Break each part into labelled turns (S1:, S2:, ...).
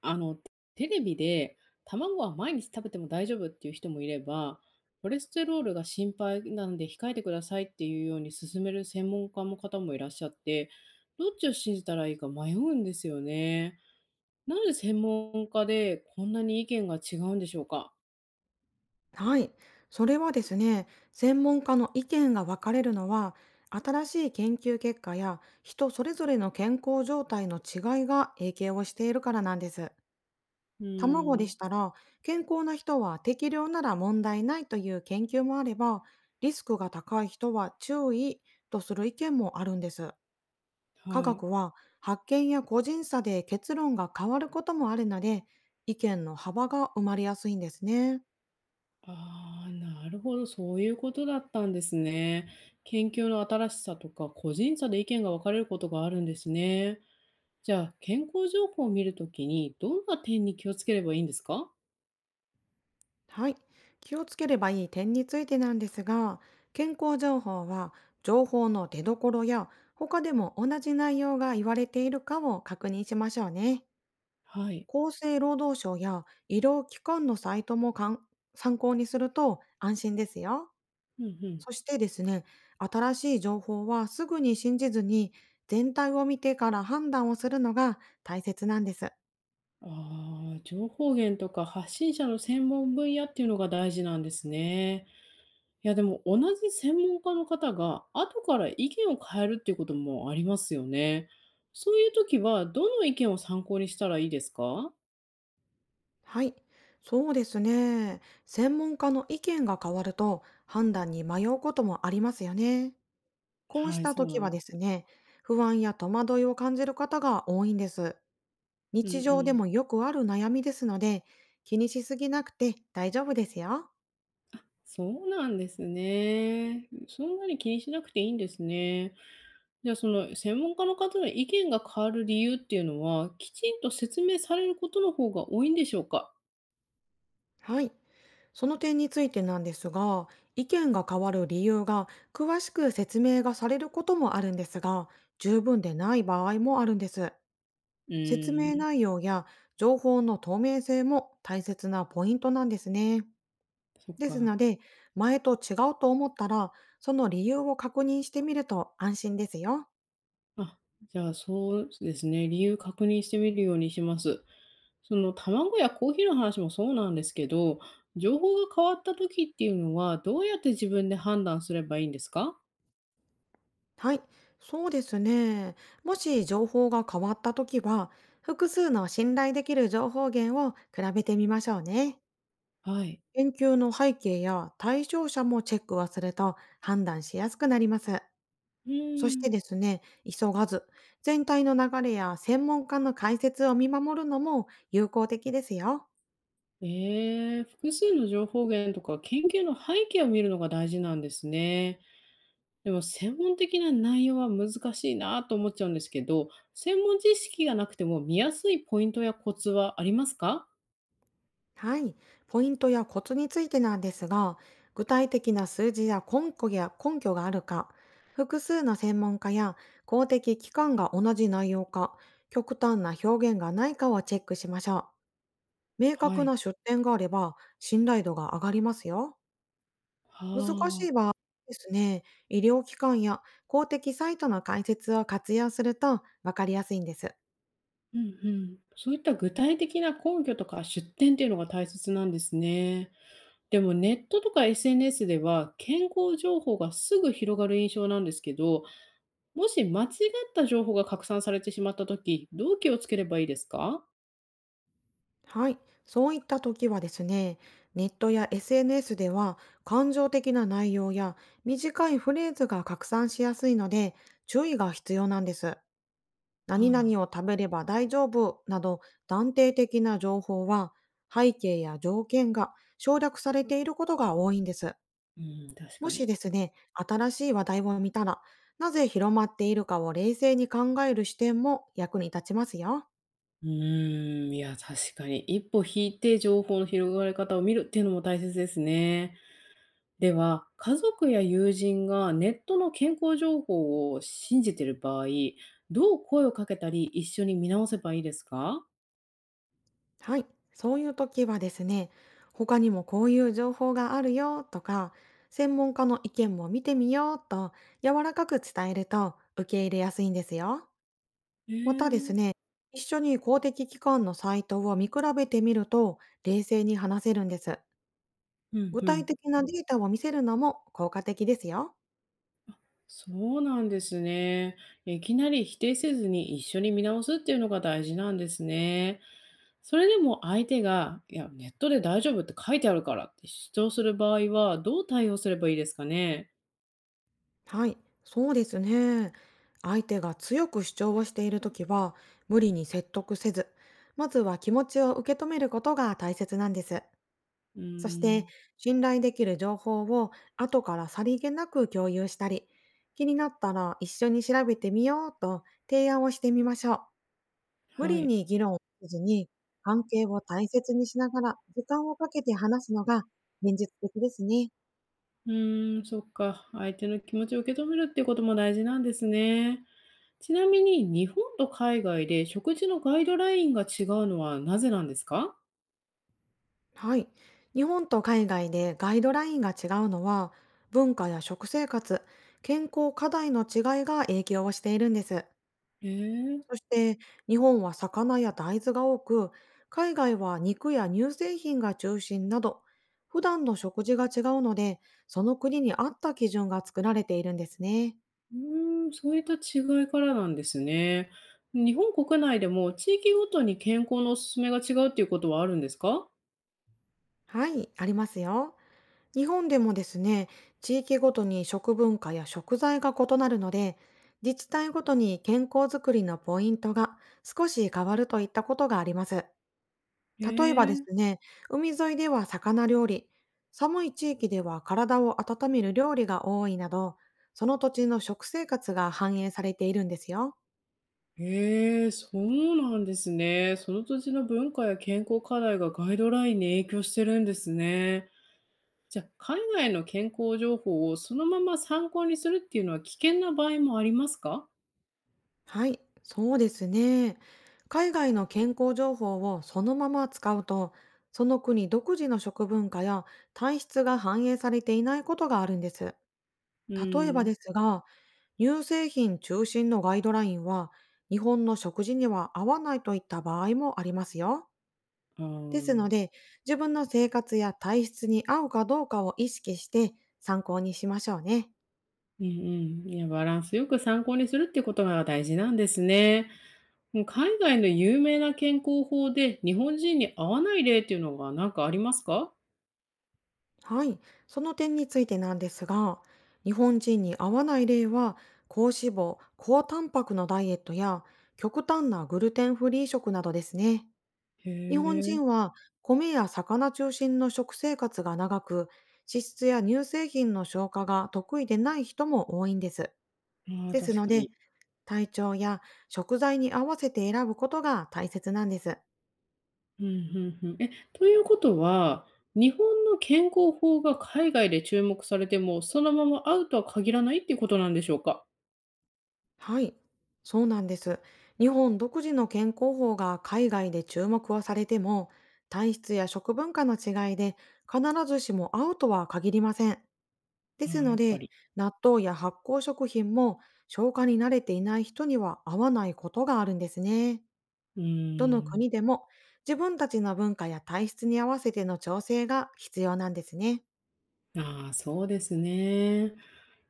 S1: あの、テレビで卵は毎日食べても大丈夫っていう人もいれば、コレステロールが心配なんで控えてくださいっていうように勧める専門家の方もいらっしゃって、どっちを信じたらいいか迷うんですよね。なんで専門家でこんなに意見が違うんでしょうか。
S2: はい。それはですね、専門家の意見が分かれるのは、新しい研究結果や人それぞれの健康状態の違いが影響をしているからなんです。
S1: うー
S2: 卵で
S1: ん、
S2: したら、健康な人は適量なら問題ないという研究もあれば、リスクが高い人は注意とする意見もあるんです。科
S1: はい。
S2: 学は発見や個人差で結論が変わることもあるので、意見の幅が生まれやすいんですね。
S1: ああ、なるほど、そういうことだったんですね。研究の新しさとか個人差で意見が分かれることがあるんですね。じゃあ、健康情報を見るときに、どんな点に気をつければいいんですか？
S2: はい。気をつければいい点についてなんですが、健康情報は情報の出どころや他でも同じ内容が言われているかを確認しましょうね。
S1: はい。
S2: 厚生労働省や医療機関のサイトも参考にすると安心ですよ。
S1: うんうん。
S2: そしてですね、新しい情報はすぐに信じずに全体を見てから判断をするのが大切なんです。
S1: ああ、情報源とか発信者の専門分野っていうのが大事なんですね。いや、でも同じ専門家の方が後から意見を変えるっていうこともありますよね。そういう時はどの意見を参考にしたらいいですか？
S2: はい、そうですね。専門家の意見が変わると判断に迷うこともありますよね。こうし
S1: はい、
S2: た
S1: そうな
S2: 時
S1: ん
S2: は
S1: で
S2: で
S1: す。
S2: すね、不安や戸惑いを感じる方が多いんです。
S1: うんう
S2: 日常で
S1: ん。
S2: もよくある悩みですので、気にしすぎなくて大丈夫ですよ。
S1: そうなんですね。そんなに気にしなくていいんですね。じゃあ、その専門家の方の意見が変わる理由っていうのは、きちんと説明されることの方が多いんでしょうか？
S2: はい、その点についてなんですが、意見が変わる理由が詳しく説明がされることもあるんですが、十分でない場合もあるんです。
S1: う
S2: 説
S1: ー
S2: 明
S1: ん、
S2: 内容や情報の透明性も大切なポイントなんですね。
S1: そっ
S2: ですの
S1: か。
S2: で、前と違うと思ったら、その理由を確認してみると安心ですよ。
S1: あ、じゃあ、そうですね、理由確認してみるようにします。その卵やコーヒーの話もそうなんですけど、情報が変わった時っていうのは、どうやって自分で判断すればいいんですか？
S2: はい、そうですね。もし情報が変わったときは、複数の信頼できる情報源を比べてみましょうね。
S1: はい。
S2: 研究の背景や対象者もチェックをすると判断しやすくなります。
S1: う
S2: そ
S1: ー
S2: して
S1: ん。
S2: ですね、急がず、全体の流れや専門家の解説を見守るのも有効的ですよ。
S1: ええ、複数の情報源とか研究の背景を見るのが大事なんですね。でも専門的な内容は難しいなと思っちゃうんですけど、専門知識がなくても見やすいポイントやコツはありますか？
S2: はい。ポイントやコツについてなんですが、具体的な数字や根拠や根拠があるか、複数の専門家や公的機関が同じ内容か、極端な表現がないかをチェックしましょう。明
S1: は
S2: 確
S1: い。
S2: な出典があれば信頼度が上がりますよ。
S1: は
S2: 難しい
S1: あ。
S2: 場合ですね、医療機関や公的サイトの解説を活用すると分かりやすいんです。
S1: うんうん。そういった具体的な根拠とか出典っていうのが大切なんですね。でもネットとか SNS では健康情報がすぐ広がる印象なんですけど、もし間違った情報が拡散されてしまった時どう気をつければいいですか？
S2: はい。そういった時はですね、ネットや SNS では感情的な内容や短いフレーズが拡散しやすいので注意が必要なんです。
S1: は
S2: 何々を
S1: あ。
S2: 食べれば大丈夫など断定的な情報は背景や条件が省略されていることが多いんです。
S1: うん、確
S2: も
S1: か
S2: し
S1: に。
S2: ですね、新しい話題を見たら、なぜ広まっているかを冷静に考える視点も役に立ちますよ。
S1: いや、確かに。一歩引いて情報の広がり方を見るっていうのも大切ですね。では、家族や友人がネットの健康情報を信じている場合、どう声をかけたり一緒に見直せばいいですか？
S2: はい。そういう時はですね、他にもこういう情報があるよとか、専門家の意見も見てみようと柔らかく伝えると受け入れやすいんですよ。
S1: え
S2: またです
S1: ー、
S2: ね、一緒に公的機関のサイトを見比べてみると冷静に話せるんです。
S1: うん
S2: 具
S1: う
S2: 体
S1: ん。
S2: 的なデータを見せるのも効果的ですよ。
S1: そうなんですね。いきなり否定せずに一緒に見直すっていうのが大事なんですね。それでも相手が、いや、ネットで大丈夫って書いてあるからって主張する場合は、どう対応すればいいですかね？
S2: はい、そうですね。相手が強く主張をしているときは、無理に説得せず、まずは気持ちを受け止めることが大切なんです。
S1: うー
S2: そして、
S1: ん、
S2: 信頼できる情報を後からさりげなく共有したり、気になったら一緒に調べてみようと提案をしてみましょう。無
S1: は
S2: 理
S1: い。
S2: に議論をせずに、関係を大切にしながら時間をかけて話すのが現実的ですね。
S1: そっか。相手の気持ちを受け止めるっていうことも大事なんですね。ちなみに日本と海外で食事のガイドラインが違うのはなぜなんですか？
S2: はい。日本と海外でガイドラインが違うのは、文化や食生活、健康課題の違いが影響をしているんです。
S1: ええ、
S2: そして、日本は魚や大豆が多く、海外は肉や乳製品が中心など、普段の食事が違うので、その国に合った基準が作られているんですね。
S1: そういった違いからなんですね。日本国内でも地域ごとに健康のおすすめが違うっていうことはあるんですか？
S2: はい、ありますよ。日本でもですね、地域ごとに食文化や食材が異なるので、自治体ごとに健康づくりのポイントが少し変わるといったことがあります。
S1: え
S2: 例えばです
S1: え、
S2: ね、海沿いでは魚料理、寒い地域では体を温める料理が多いなど、その土地の食生活が反映されているんですよ。
S1: ええ、そうなんですね。その土地の文化や健康課題がガイドラインに影響してるんですね。じゃあ、海外の健康情報をそのまま参考にするっていうのは危険な場合もありますか？
S2: はい、そうですね。海外の健康情報をそのまま使うと、その国独自の食文化や体質が反映されていないことがあるんです。
S1: う
S2: 例えば
S1: ん、
S2: ですが、乳製品中心のガイドラインは、日本の食事には合わないといった場合もありますよ。
S1: あ
S2: ですの
S1: ー、
S2: で、自分の生活や体質に合うかどうかを意識して参考にしましょうね。
S1: うんうん。いや、バランスよく参考にするってことが大事なんですね。うん、海外の有名な健康法で、日本人に合わない例っていうのがなんかありますか？
S2: はい、その点についてなんですが、日本人に合わない例は、高脂肪、高タンパクのダイエットや、極端なグルテンフリー食などですね。
S1: へ
S2: 日本
S1: え、
S2: 人は、米や魚中心の食生活が長く、脂質や乳製品の消化が得意でない人も多いんです。
S1: ああ、
S2: です
S1: 確
S2: の
S1: か
S2: で、
S1: に。
S2: 体調や食材に合わせて選ぶことが大切なんです。
S1: うん、うんうん。え、ということは、日本の健康法が海外で注目されても、そのまま合うとは限らないっていうことなんでしょうか？
S2: はい、そうなんです。日本独自の健康法が海外で注目はされても、体質や食文化の違いで必ずしも合うとは限りません。です
S1: ああ、
S2: の
S1: やっぱ
S2: で、
S1: り。
S2: 納豆や発酵食品も消化に慣れていない人には合わないことがあるんですね。
S1: う
S2: どの
S1: ーん、
S2: 国でも自分たちの文化や体質に合わせての調整が必要なんですね。
S1: ああ、そうですね。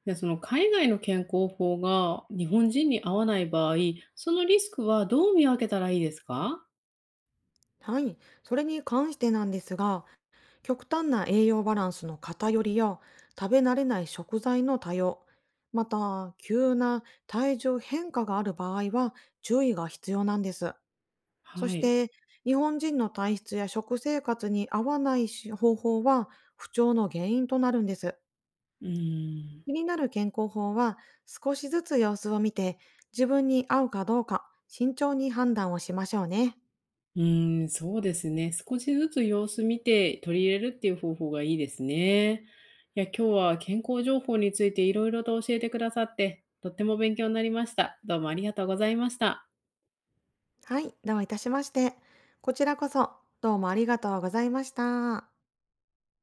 S1: じゃあ、その海外の健康法が日本人に合わない場合、そのリスクはどう見分けたらいいですか？
S2: はい、それに関してなんですが、極端な栄養バランスの偏りや食べ慣れない食材の多様、また急な体重変化がある場合は注意が必要なんです。そ
S1: は
S2: し
S1: い。
S2: て日本人の体質や食生活に合わないし方法は不調の原因となるんです。
S1: うーん。
S2: 気になる健康法は少しずつ様子を見て自分に合うかどうか慎重に判断をしましょうね。
S1: うーん、そうですね。少しずつ様子見て取り入れるっていう方法がいいですね。いや、今日は健康情報についていろいろと教えてくださって、とっても勉強になりました。どうもありがとうございました。
S2: はい、どういたしまして。こちらこそ、どうもありがとうございました。